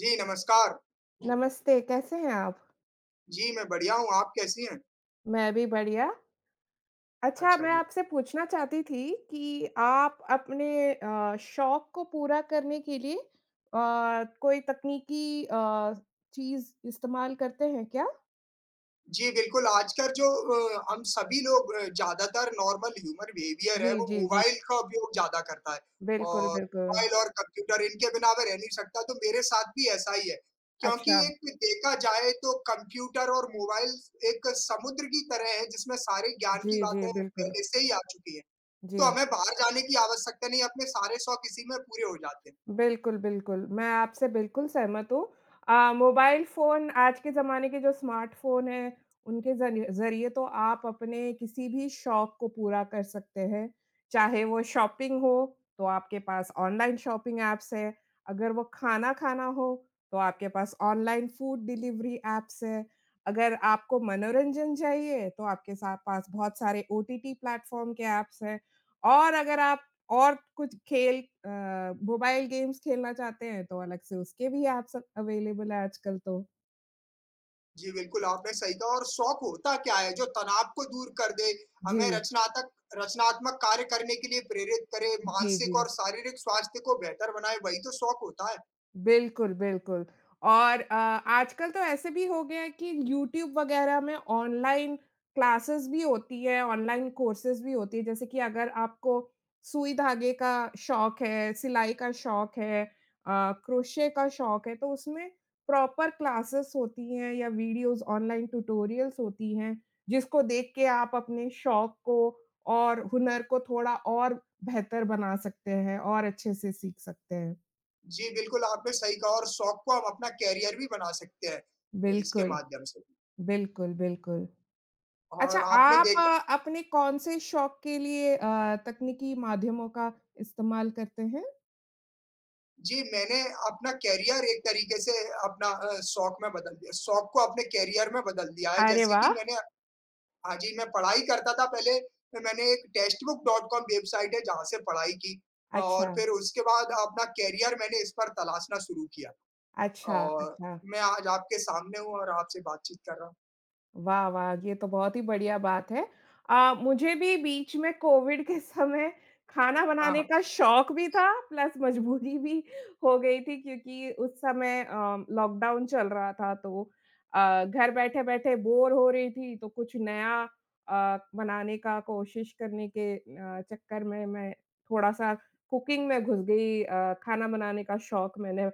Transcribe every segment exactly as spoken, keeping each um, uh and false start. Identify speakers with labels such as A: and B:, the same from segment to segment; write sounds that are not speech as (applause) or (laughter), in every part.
A: जी, नमस्कार।
B: नमस्ते, कैसे हैं आप?
A: जी, मैं बढ़िया हूँ, आप कैसी हैं?
B: मैं भी बढ़िया। अच्छा,
A: अच्छा
B: मैं
A: जी।
B: आपसे पूछना चाहती थी कि आप अपने अ, शौक को पूरा करने के लिए अ, कोई तकनीकी अ, चीज़ इस्तेमाल करते हैं क्या?
A: जी, बिल्कुल, आजकल जो अ, हम सभी लोग अ, ज़्यादातर नॉर्मल ह्यूमन बिहेवियर है,
B: जी,
A: वो
B: जी, जी।
A: मोबाइल का उपयोग ज़्यादा करता है
B: बिल्कुल,
A: और
B: बिल्कुल।
A: मोबाइल और कंप्यूटर इनके बिना मैं रह नहीं सकता, तो मेरे साथ भी ऐसा ही है। क्योंकि
B: अच्छा।
A: एक देखा जाए तो कंप्यूटर और मोबाइल एक समुद्र की तरह है, जिसमें सारे ज्ञान की
B: जी, जी,
A: बातें
B: बिल्कुल।
A: पहले से ही आ चुकी हैं।
B: जी।
A: तो हमें बाहर जाने की आवश्यकता नहीं है, अपने सारे शौक इसी में पूरे हो जाते हैं।
B: बिल्कुल, बिल्कुल। मैं आपसे बिल्कुल सहमत हूँ। अ, मोबाइल फ़ोन आज के ज़माने के जो स्मार्टफ़ोन हैं, उनके ज़रिए ज़रिए तो आप अपने किसी भी शौक को पूरा कर सकते हैं। चाहे वो शॉपिंग हो, तो आपके पास ऑनलाइन शॉपिंग ऐप्स हैं। अगर वो खाना खाना हो, तो आपके पास ऑनलाइन फूड डिलीवरी ऐप्स हैं। अगर आपको मनोरंजन चाहिए, तो आपके सा पास बहुत सारे ओटीटी प्लेटफ़ॉर्म के ऐप्स हैं। और अगर आप और कुछ खेल अ, मोबाइल गेम्स खेलना चाहते हैं तो अलग से उसके भी ऐप्स अवेलेबल है आजकल तो।
A: जी बिल्कुल आपने सही कहा और शौक होता क्या है जो तनाव को दूर कर दे,
B: जी।
A: हमें रचनात्मक रचनात्मक कार्य करने के लिए प्रेरित करे,
B: जी, जी।
A: मानसिक और शारीरिक स्वास्थ्य को बेहतर बनाए, वही तो शौक होता है।
B: बिल्कुल, बिल्कुल और अ, आजकल तो ऐसे भी हो गया है कि यूट्यूब वगैरह में ऑनलाइन क्लासेस भी होती है, ऑनलाइन कोर्सेज़ भी होती है। जैसे कि अगर आपको सुई धागे का शौक है, सिलाई का शौक है, अ, क्रोशे का शौक है, तो उसमें प्रॉपर क्लासेस होती हैं या वीडियोज़ ऑनलाइन ट्यूटोरियल्स होती हैं, जिसको देख के आप अपने शौक को और हुनर को थोड़ा और बेहतर बना सकते हैं और अच्छे से सीख सकते हैं।
A: जी बिल्कुल आपने सही कहा और शौक को हम अपना कैरियर भी बना सकते हैं इसके
B: बिल्कुल।
A: माध्यम से।
B: बिल्कुल, बिल्कुल। अच्छा,
A: और आपने
B: आप
A: देखा,
B: अ, अपने कौन-से शौक के लिए अ, तकनीकी माध्यमों का इस्तेमाल करते हैं?
A: जी मैंने अपना कैरियर एक तरीके से अपना अ, शौक में बदल दिया, शौक को अपने कैरियर में बदल दिया है,
B: अरे
A: जैसे कि
B: वाह!
A: मैंने, हाँ जी, मैं पढ़ाई करता था पहले, फिर मैंने एक टेक्स्टबुक.कॉम वेबसाइट है जहाँ से पढ़ाई की और
B: अच्छा,
A: फिर उसके बाद अपना करियर मैंने इस पर तलाशना शुरू किया
B: अच्छा,
A: और
B: अच्छा।
A: मैं आज आपके सामने हूँ और आपसे बातचीत कर रहा हूँ।
B: वाह, वाह! ये तो बहुत ही बढ़िया बात है। अ, मुझे भी बीच में कोविड के समय खाना
A: हाँ,
B: बनाने
A: हाँ।
B: का शौक भी था, प्लस मजबूरी भी हो गई थी क्योंकि उस समय अ, लॉकडाउन चल रहा था, तो अ, घर बैठे-बैठे बोर हो रही थी, तो कुछ नया अ, बनाने का कोशिश करने के अ, चक्कर में मैं थोड़ा-सा कुकिंग में घुस गई। अ, खाना बनाने का शौक मैंने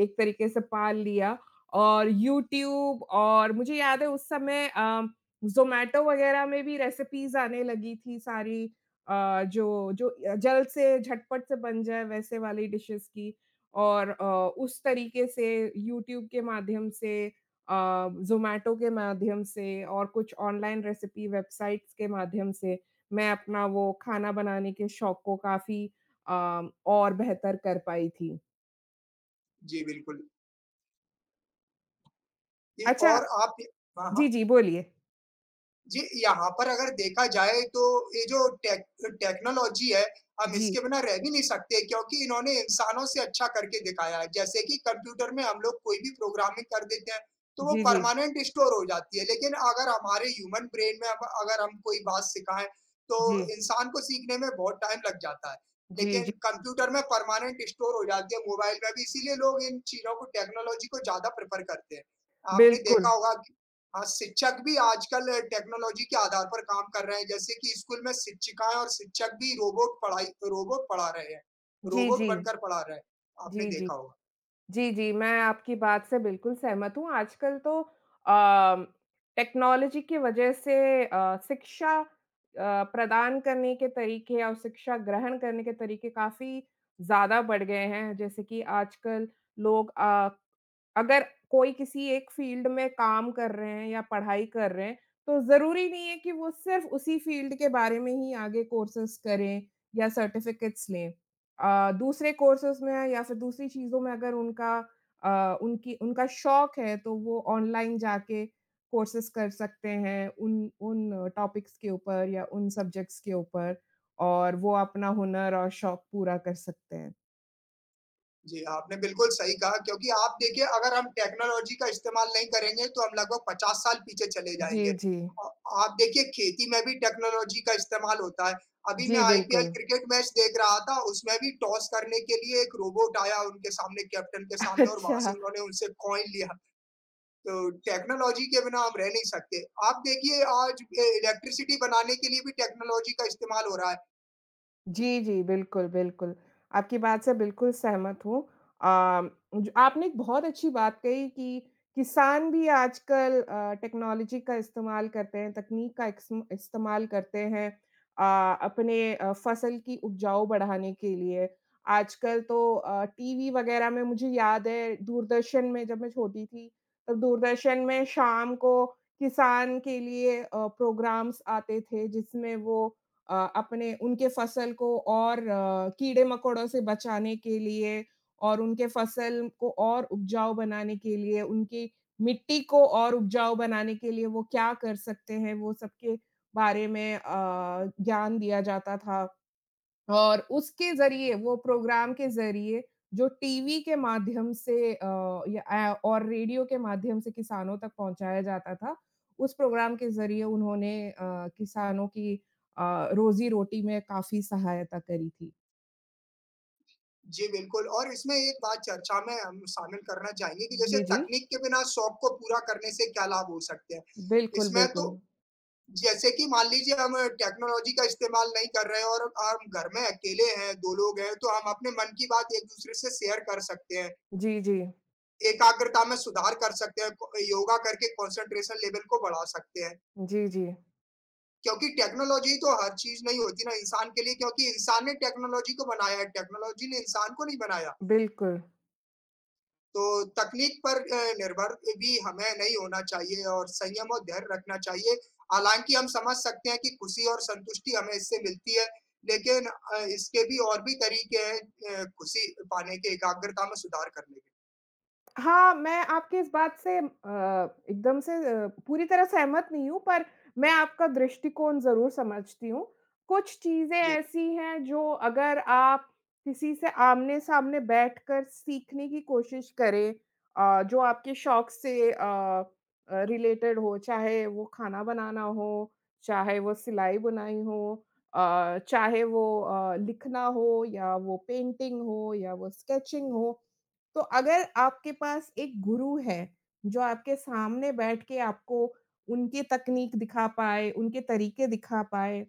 B: एक तरीके से पाल लिया। और यूट्यूब, और मुझे याद है उस समय अ, ज़ोमैटो वग़ैरह में भी रेसिपीज़ आने लगी थी सारी, अ, जो जो अ, जल्द से झटपट से बन जाए वैसे वाली डिशेज़ की। और अ, उस तरीके से यूट्यूब के माध्यम से, अ, ज़ोमैटो के माध्यम से और कुछ ऑनलाइन रेसिपी वेबसाइट्स के माध्यम से मैं अपना वो खाना बनाने के शौक को काफ़ी अ, और बेहतर कर पाई थी।
A: जी, बिल्कुल। ये
B: अच्छा।
A: और आप, हाँ,
B: जी,
A: हाँ।
B: जी, बोलिए।
A: जी, यहाँ पर अगर देखा जाए तो ये जो टेक टेक्नोलॉज़ी है, हम
B: जी,
A: इसके बिना रह भी नहीं सकते क्योंकि इन्होंने इंसानों से अच्छा करके दिखाया है। जैसे कि कंप्यूटर में हम लोग कोई भी प्रोग्रामिंग कर देते हैं, तो वो
B: जी, जी।
A: परमानेंट स्टोर हो जाती है। लेकिन अगर हमारे ह्यूमन ब्रेन में अब अगर हम कोई बात सिखाएँ, तो
B: जी,
A: इंसान को सीखने में बहुत टाइम लग जाता है।
B: जी,
A: लेकिन
B: जी,
A: कंप्यूटर में परमानेंट स्टोर हो जाती है, मोबाइल में भी, इसीलिए लोग इन चीज़ों को, टेक्नोलॉज़ी को, ज़्यादा प्रेफ़र करते हैं। आपने देखा
B: बिल्कुल।
A: होगा, हाँ, शिक्षक भी आजकल टेक्नोलॉजी के आधार पर काम कर रहे हैं, जैसे कि स्कूल में शिक्षिकाएँ और शिक्षक भी रोबोट पढ़ाई रोबोट पढ़ा रहे हैं,
B: जी,
A: रोबोट
B: जी।
A: बनकर पढ़ा रहे हैं, आपने
B: जी, जी।
A: देखा होगा।
B: जी, जी, मैं आपकी बात से बिल्कुल सहमत हूँ। आजकल तो अ, टेक्नोलॉजी की वजह से अ, शिक्षा अ, प्रदान करने के तरीके और शिक्षा ग्रहण करने के तरीके काफ़ी ज़्यादा बढ़ गए हैं। जैसे कि आजकल लोग, अ, अगर कोई किसी एक फ़ील्ड में काम कर रहे हैं या पढ़ाई कर रहे हैं, तो ज़रूरी नहीं है कि वो सिर्फ़ उसी फ़ील्ड के बारे में ही आगे कोर्सेज़ करें या सर्टिफ़िकेट्स लें। अ, दूसरे कोर्सेज़ में है या फिर दूसरी चीज़ों में अगर उनका, अ, उनकी उनका शौक है, तो वो ऑनलाइन जाके कोर्सेज़ कर सकते हैं उन उन टॉपिक्स के ऊपर या उन सब्जेक्ट्स के ऊपर और वो अपना हुनर और शौक पूरा कर सकते हैं।
A: जी, आपने बिल्कुल सही कहा क्योंकि आप देखिए, अगर हम टेक्नोलॉजी का इस्तेमाल नहीं करेंगे तो हम लगभग पचास साल पीछे चले जाएँगे।
B: जी, जी।
A: अ, आप देखिए खेती में भी टेक्नोलॉजी का इस्तेमाल होता है। अभी मैं
B: जी,
A: आईपीएल
B: बिल्कुल।
A: क्रिकेट मैच देख रहा था, उसमें भी टॉस करने के लिए एक रोबोट आया उनके सामने, कैप्टन के
B: (laughs)
A: सामने, और वहाँ से
B: अच्छा।
A: उन्होंने उनसे कॉइन लिया। तो टेक्नोलॉजी के बिना हम रह नहीं सकते। आप देखिए आज ए इलेक्ट्रिसिटी बनाने के लिए भी टेक्नोलॉजी का इस्तेमाल हो रहा है।
B: जी, जी। बिल्कुल, बिल्कुल। आपकी बात से बिल्कुल सहमत हूँ। अम, ज आपने एक बहुत अच्छी बात कही कि किसान भी आजकल अ, टेक्नोलॉजी का इस्तेमाल करते हैं, तकनीक का इक्स्म इस्तेमाल करते हैं अ, अपने अ, फसल की उपजाऊ बढ़ाने के लिए। आजकल तो अ, टीवी वग़ैरह में, मुझे याद है दूरदर्शन में जब मैं छोटी थी, तब दूरदर्शन में शाम को किसान के लिए अ, प्रोग्राम्स आते थे जिसमें वो अ, अपने उनके फसल को और अ, कीड़े-मकोड़ों से बचाने के लिए, और उनके फसल को और उपजाऊ बनाने के लिए, उनकी मिट्टी को और उपजाऊ बनाने के लिए वो क्या कर सकते हैं, वो सबके बारे में अ, ज्ञान दिया जाता था। और उसके ज़रिए, वो प्रोग्राम के ज़रिए जो टीवी के माध्यम से अ, या अ, और रेडियो के माध्यम से किसानों तक पहुँचाया जाता था, उस प्रोग्राम के ज़रिए उन्होंने अ, किसानों की अ, रोज़ी-रोटी में काफ़ी सहायता करी थी।
A: जी, बिल्कुल, और इसमें एक बात चर्चा में हम शामिल करना चाहेंगे कि जैसे
B: जी, जी।
A: तकनीक के बिना शौक को पूरा करने से क्या लाभ हो सकते हैं?
B: बिल्कुल,
A: इसमें तो,
B: बिल्कुल।
A: जैसे कि मान लीजिए हम टेक्नोलॉजी का इस्तेमाल नहीं कर रहे हैं और हम घर में अकेले हैं, दो लोग हैं, तो हम अपने मन की बात एक-दूसरे से शेयर कर सकते हैं।
B: जी, जी।
A: एकाग्रता में सुधार कर सकते हैं, क योगा करके कॉन्संट्रेशन लेवल को बढ़ा सकते हैं।
B: जी, जी।
A: क्योंकि टेक्नोलॉजी तो हर चीज नहीं होती ना इंसान के लिए, क्योंकि इंसान ने टेक्नोलॉजी को बनाया है, टेक्नोलॉजी ने इंसान को नहीं बनाया।
B: बिल्कुल।
A: तो तकनीक पर अ, निर्भर भी हमें नहीं होना चाहिए और संयम और धैर्य रखना चाहिए। हालांकि हम समझ सकते हैं कि खुशी और संतुष्टि हमें इससे मिलती है, लेकिन अ, इसके भी और भी तरीके हैं अ, खुशी पाने के, एकाग्रता में सुधार करने के।
B: हाँ, मैं आपकी इस बात से अ, एकदम से, अ, पूरी तरह सहमत नहीं हूँ, पर मैं आपका दृष्टिकोण ज़रूर समझती हूँ। कुछ चीज़ें
A: जी
B: ऐसी हैं जो अगर आप किसी से आमने-सामने बैठकर सीखने की कोशिश करें, अ, जो आपके शौक से अ अ, रिलेटेड हो, चाहे वो खाना बनाना हो, चाहे वो सिलाई-बुनाई हो, अ, चाहे वो अ, लिखना हो, या वो पेंटिंग हो या वो स्केचिंग हो। तो अगर आपके पास एक गुरु है, जो आपके सामने बैठ के आपको उनकी तकनीक दिखा पाए, उनके तरीके दिखा पाए,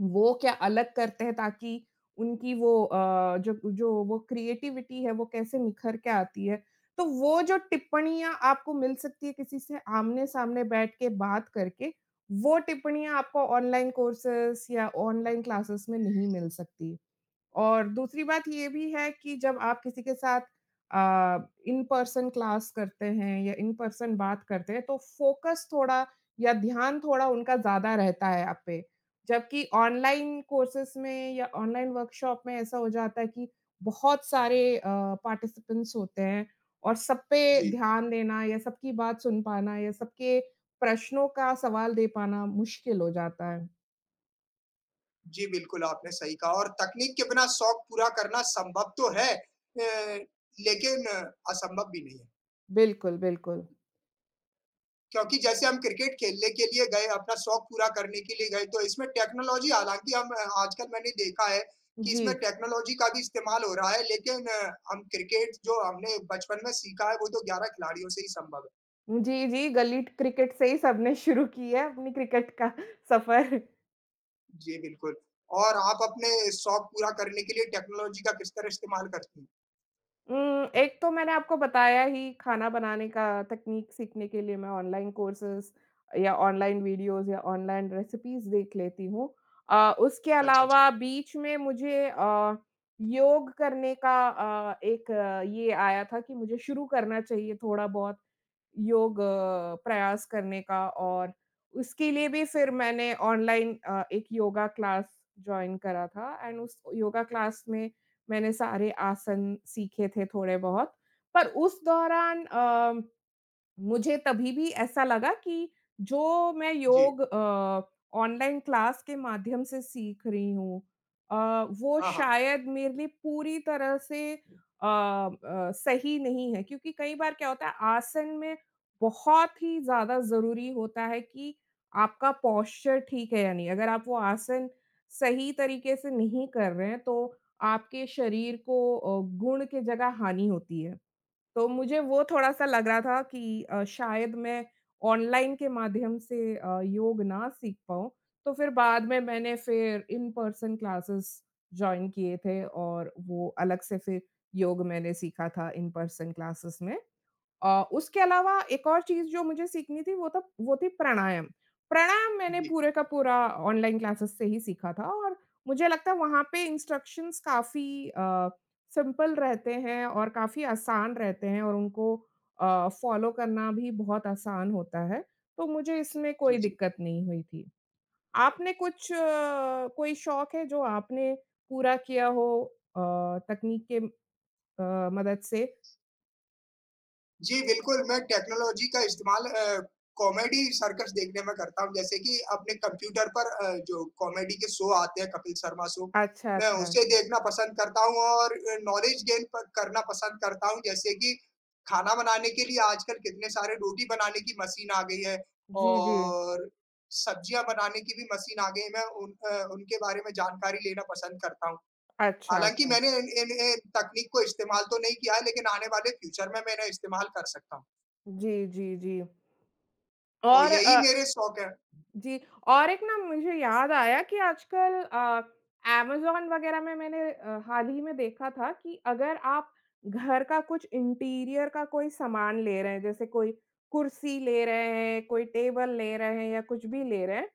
B: वो क्या अलग करते हैं ताकि उनकी वो अ, जो जो वो क्रिएटिविटी है वो कैसे निखर के आती है। तो वो जो टिप्पणियाँ आपको मिल सकती है किसी से आमने-सामने बैठ के बात करके, वो टिप्पणियाँ आपको ऑनलाइन कोर्सेज़ या ऑनलाइन क्लासेस में नहीं मिल सकती। और दूसरी बात ये भी है कि जब आप किसी के साथ अ, इन पर्सन क्लास करते हैं या इन पर्सन बात करते हैं, तो फोकस थोड़ा, या ध्यान थोड़ा उनका ज़्यादा रहता है आप पे। जबकि ऑनलाइन कोर्सेज़ में या ऑनलाइन वर्कशॉप में ऐसा हो जाता है कि बहुत सारे अ, पार्टिसिपेंट्स होते हैं, और सब पे
A: जी।
B: ध्यान देना या सबकी बात सुन पाना या सबके प्रश्नों का सवाल दे पाना मुश्किल हो जाता है।
A: जी बिल्कुल आपने सही कहा और तकनीक के बिना शौक पूरा करना संभव तो है, अ, लेकिन असंभव भी नहीं है,
B: बिल्कुल, बिल्कुल।
A: क्योंकि जैसे हम क्रिकेट खेलने के लिए गए, अपना शौक पूरा करने के लिए गए, तो इसमें टेक्नोलॉजी हालांकि हम, आजकल मैंने देखा है कि
B: जी।
A: इसमें टेक्नोलॉजी का भी इस्तेमाल हो रहा है, लेकिन अ, हम क्रिकेट जो हमने बचपन में सीखा है वो तो ग्यारह खिलाड़ियों से ही संभव है।
B: जी, जी, गली क्रिकेट से ही सबने शुरू की है अपनी क्रिकेट का (laughs) सफ़र।
A: जी, बिल्कुल, और आप अपने शौक पूरा करने के लिए टेक्नोलॉजी का किस तरह इस्तेमाल करती हैं?
B: उम, एक तो मैंने आपको बताया ही, खाना बनाने का तकनीक सीखने के लिए मैं ऑनलाइन कोर्सेज़ या ऑनलाइन वीडियोज़ या ऑनलाइन रेसिपीज़ देख लेती हूँ। अ, उसके
A: अच्छा, अच्छा।
B: अलावा बीच में मुझे अ, योग करने का अ, एक अ, ये आया था कि मुझे शुरू करना चाहिए थोड़ा-बहुत योग अ, प्रयास करने का, और उसके लिए भी फिर मैंने ऑनलाइन अ, एक योगा क्लास जॉइन करा था, एंड उस योगा क्लास में मैंने सारे आसन सीखे थे थोड़े बहुत, पर उस दौरान अ, मुझे तभी भी ऐसा लगा कि जो मैं
A: जी।
B: योग अ, ऑनलाइन क्लास के माध्यम से सीख रही हूँ, अ, वो
A: हाँ, हाँ।
B: शायद मेरे लिए पूरी तरह से अ अ, सही नहीं है क्योंकि कई बार क्या होता है, आसन में बहुत ही ज़्यादा ज़रूरी होता है कि आपका पोस्चर ठीक है या नहीं। अगर आप वो आसन सही तरीके से नहीं कर रहे हैं, तो आपके शरीर को अ, गुण की जगह हानि होती है। तो मुझे वो थोड़ा-सा लग रहा था कि अ, शायद मैं ऑनलाइन के माध्यम से अ, योग ना सीख पाऊँ। तो फिर बाद में मैंने फिर इन पर्सन क्लासेस जॉइन किए थे, और वो अलग से फिर योग मैंने सीखा था इन पर्सन क्लासेस में। अ, उसके अलावा एक और चीज़ जो मुझे सीखनी थी वो था वो थी प्राणायाम। प्राणायाम मैंने
A: जी,
B: पूरे का पूरा ऑनलाइन क्लासेस से ही सीखा था, और मुझे लगता है वहाँ पे इंस्ट्रक्शंस काफ़ी अ, सिंपल रहते हैं और काफ़ी आसान रहते हैं, और उनको अ, फॉलो करना भी बहुत आसान होता है, तो मुझे इसमें
A: जी,
B: कोई
A: जी।
B: दिक्कत नहीं हुई थी। आपने कुछ, अ, कोई शौक है जो आपने पूरा किया हो अ, तकनीक के अ, मदद से?
A: जी, बिल्कुल, मैं टेक्नोलॉजी का इस्तेमाल अ, कॉमेडी सर्कस देखने में करता हूँ, जैसे कि अपने कंप्यूटर पर अ, जो कॉमेडी के शो आते हैं, कपिल शर्मा शो,
B: अच्छा,
A: मैं
B: अच्छा।
A: उसे देखना पसंद करता हूँ और अ, नॉलेज गेन प करना पसंद करता हूँ, जैसे कि खाना बनाने के लिए आजकल कितने सारे रोटी बनाने की मशीन आ गई है,
B: जी, जी।
A: और सब्जियाँ बनाने की भी मशीन आ गई है, मैं उन अ, उनके बारे में जानकारी लेना पसंद करता हूँ।
B: अच्छा,
A: हालाँकि
B: अच्छा।
A: मैंने इन इन इन तकनीक को इस्तेमाल तो नहीं किया है, लेकिन आने वाले फ्यूचर में मैं इन्हें इस्तेमाल कर सकता हूँ।
B: जी, जी, जी।
A: तो
B: और
A: यही
B: अ,
A: मेरे शौक हैं।
B: जी, और एक ना मुझे याद आया कि आजकल अ, अमेज़न वग़ैरह में मैंने अ, हाल ही में देखा था कि अगर आप घर का कुछ इंटीरियर का कोई सामान ले रहे हैं, जैसे कोई कुर्सी ले रहे हैं, कोई टेबल ले रहे हैं या कुछ भी ले रहे हैं,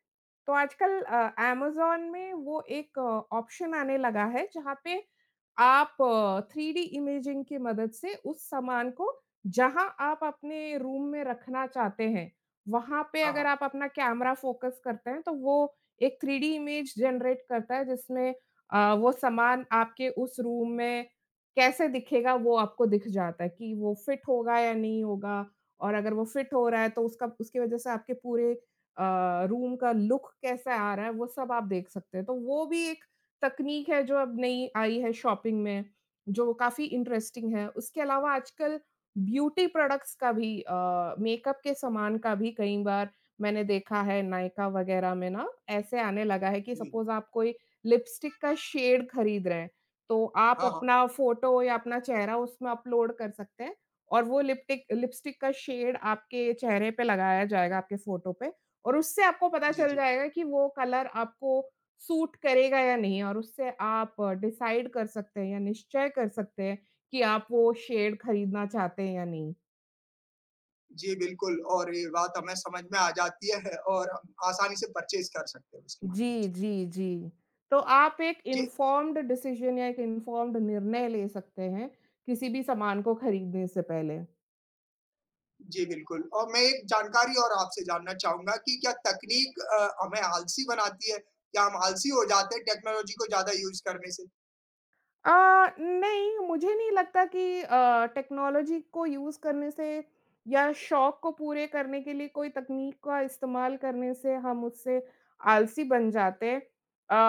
B: तो आजकल अ, अमेज़न में वो एक ऑप्शन आने लगा है जहाँ पे आप थ्री डी इमेजिंग की मदद से उस सामान को, जहाँ आप अपने रूम में रखना चाहते हैं वहाँ पे
A: हाँ,
B: अगर
A: हाँ।
B: आप अपना कैमरा फ़ोकस करते हैं, तो वो एक थ्री डी इमेज जनरेट करता है, जिसमें अ, वो सामान आपके उस रूम में कैसे दिखेगा, वो आपको दिख जाता है कि वो फिट होगा या नहीं होगा, और अगर वो फिट हो रहा है, तो उसका उसकी वज़ह से आपके पूरे अ, रूम का लुक कैसा आ रहा है, वो सब आप देख सकते हैं। तो वो भी एक तकनीक है, जो अब नई आई है शॉपिंग में, जो काफ़ी इंटरेस्टिंग है। उसके अलावा आजकल ब्यूटी प्रोडक्ट्स का भी, अ, मेकअप के सामान का भी कई बार मैंने देखा है, नायका वगैरह में ना ऐसे आने लगा है कि
A: जी।
B: सपोज़ आप कोई लिपस्टिक का शेड खरीद रहे हैं, तो आप
A: हाँ, हाँ।
B: अपना फ़ोटो या अपना चेहरा उसमें अपलोड कर सकते हैं, और वो लिप्टिक लिपस्टिक का शेड आपके चेहरे पे लगाया जाएगा, आपके फ़ोटो पे, और उससे आपको पता
A: जी,
B: चल
A: जी।
B: जाएगा कि वो कलर आपको सूट करेगा या नहीं, और उससे आप डिसाइड कर सकते हैं या निश्चय कर सकते हैं कि आप वो शेयर खरीदना चाहते हैं या नहीं।
A: जी, बिल्कुल, और ये बात हमें समझ में आ जाती है और हम आसानी से परचेज़ कर सकते हैं उसके माध्यम
B: जी,
A: से।
B: जी, जी। तो आप एक
A: जी,
B: इन्फॉर्म्ड डिसीज़न या एक इन्फॉर्म्ड निर्णय ले सकते हैं, किसी भी सामान को खरीदने से पहले।
A: जी, बिल्कुल, और मैं एक जानकारी और आपसे जानना चाहूँगा कि क्या तकनीक अ, हमें आलसी बनाती है? क्या हम आलसी हो जाते हैं टेक्नोलॉजी को ज़्यादा यूज़ करने से?
B: अ, नहीं, मुझे नहीं लगता कि अ, टेक्नोलॉजी को यूज़ करने से या शौक को पूरे करने के लिए कोई तकनीक का इस्तेमाल करने से हम उससे आलसी बन जाते हैं।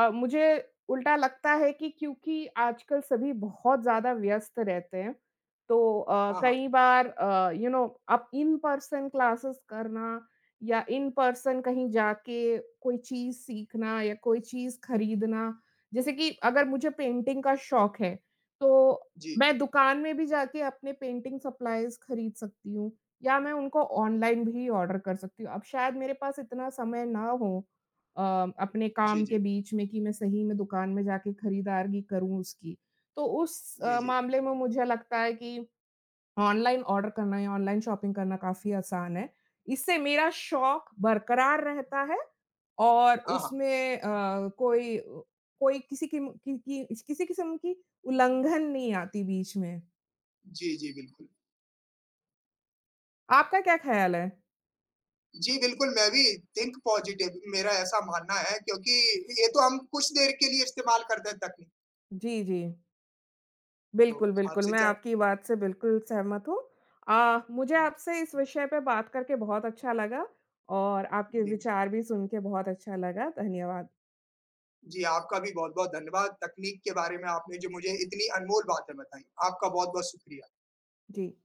B: अ, मुझे उल्टा लगता है कि, क्योंकि आजकल सभी बहुत ज़्यादा व्यस्त रहते हैं, तो अ,
A: हाँ, हाँ।
B: कई बार, अ, यू नो अब इन पर्सन क्लासेस करना या इन पर्सन कहीं जाके कोई चीज़ सीखना या कोई चीज़ खरीदना, जैसे कि अगर मुझे पेंटिंग का शौक है, तो
A: जी।
B: मैं दुकान में भी जाके अपने पेंटिंग सप्लाइज़ खरीद सकती हूँ या मैं उनको ऑनलाइन भी ऑर्डर कर सकती हूँ। अब शायद मेरे पास इतना समय ना हो अ, अपने
A: जी,
B: काम के
A: जी।
B: बीच में कि मैं सही में दुकान में जाके खरीदारी करूँ उसकी। तो उस
A: जी,
B: अ,
A: जी।
B: मामले में मुझे लगता है कि ऑनलाइन ऑर्डर करना या ऑनलाइन शॉपिंग करना काफ़ी आसान है। इससे मेरा शौक बरकरार रहता है, और
A: हाँ, हाँ।
B: उसमें अ, कोई, अ, कोई किसी किम की की किसी किस्म की उल्लंघन नहीं आती बीच में।
A: जी, जी, बिल्कुल।
B: आपका क्या ख़्याल है?
A: जी, बिल्कुल, मैं भी थिंक पॉजिटिव, मेरा ऐसा मानना है क्योंकि ये तो हम कुछ देर के लिए इस्तेमाल करते हैं तकनीक।
B: जी, जी।
A: तो
B: बिल्कुल, बिल्कुल,
A: आपसे
B: मैं
A: च,
B: आपकी बात से बिल्कुल सहमत हूँ। अ, मुझे आपसे इस विषय पे बात करके बहुत अच्छा लगा और आपके
A: जी,
B: विचार भी सुन के बहुत अच्छा लगा। धन्यवाद।
A: जी, आपका भी बहुत-बहुत धन्यवाद। तकनीक के बारे में आपने जो मुझे इतनी अनमोल बातें बताई, आपका बहुत-बहुत शुक्रिया।
B: जी।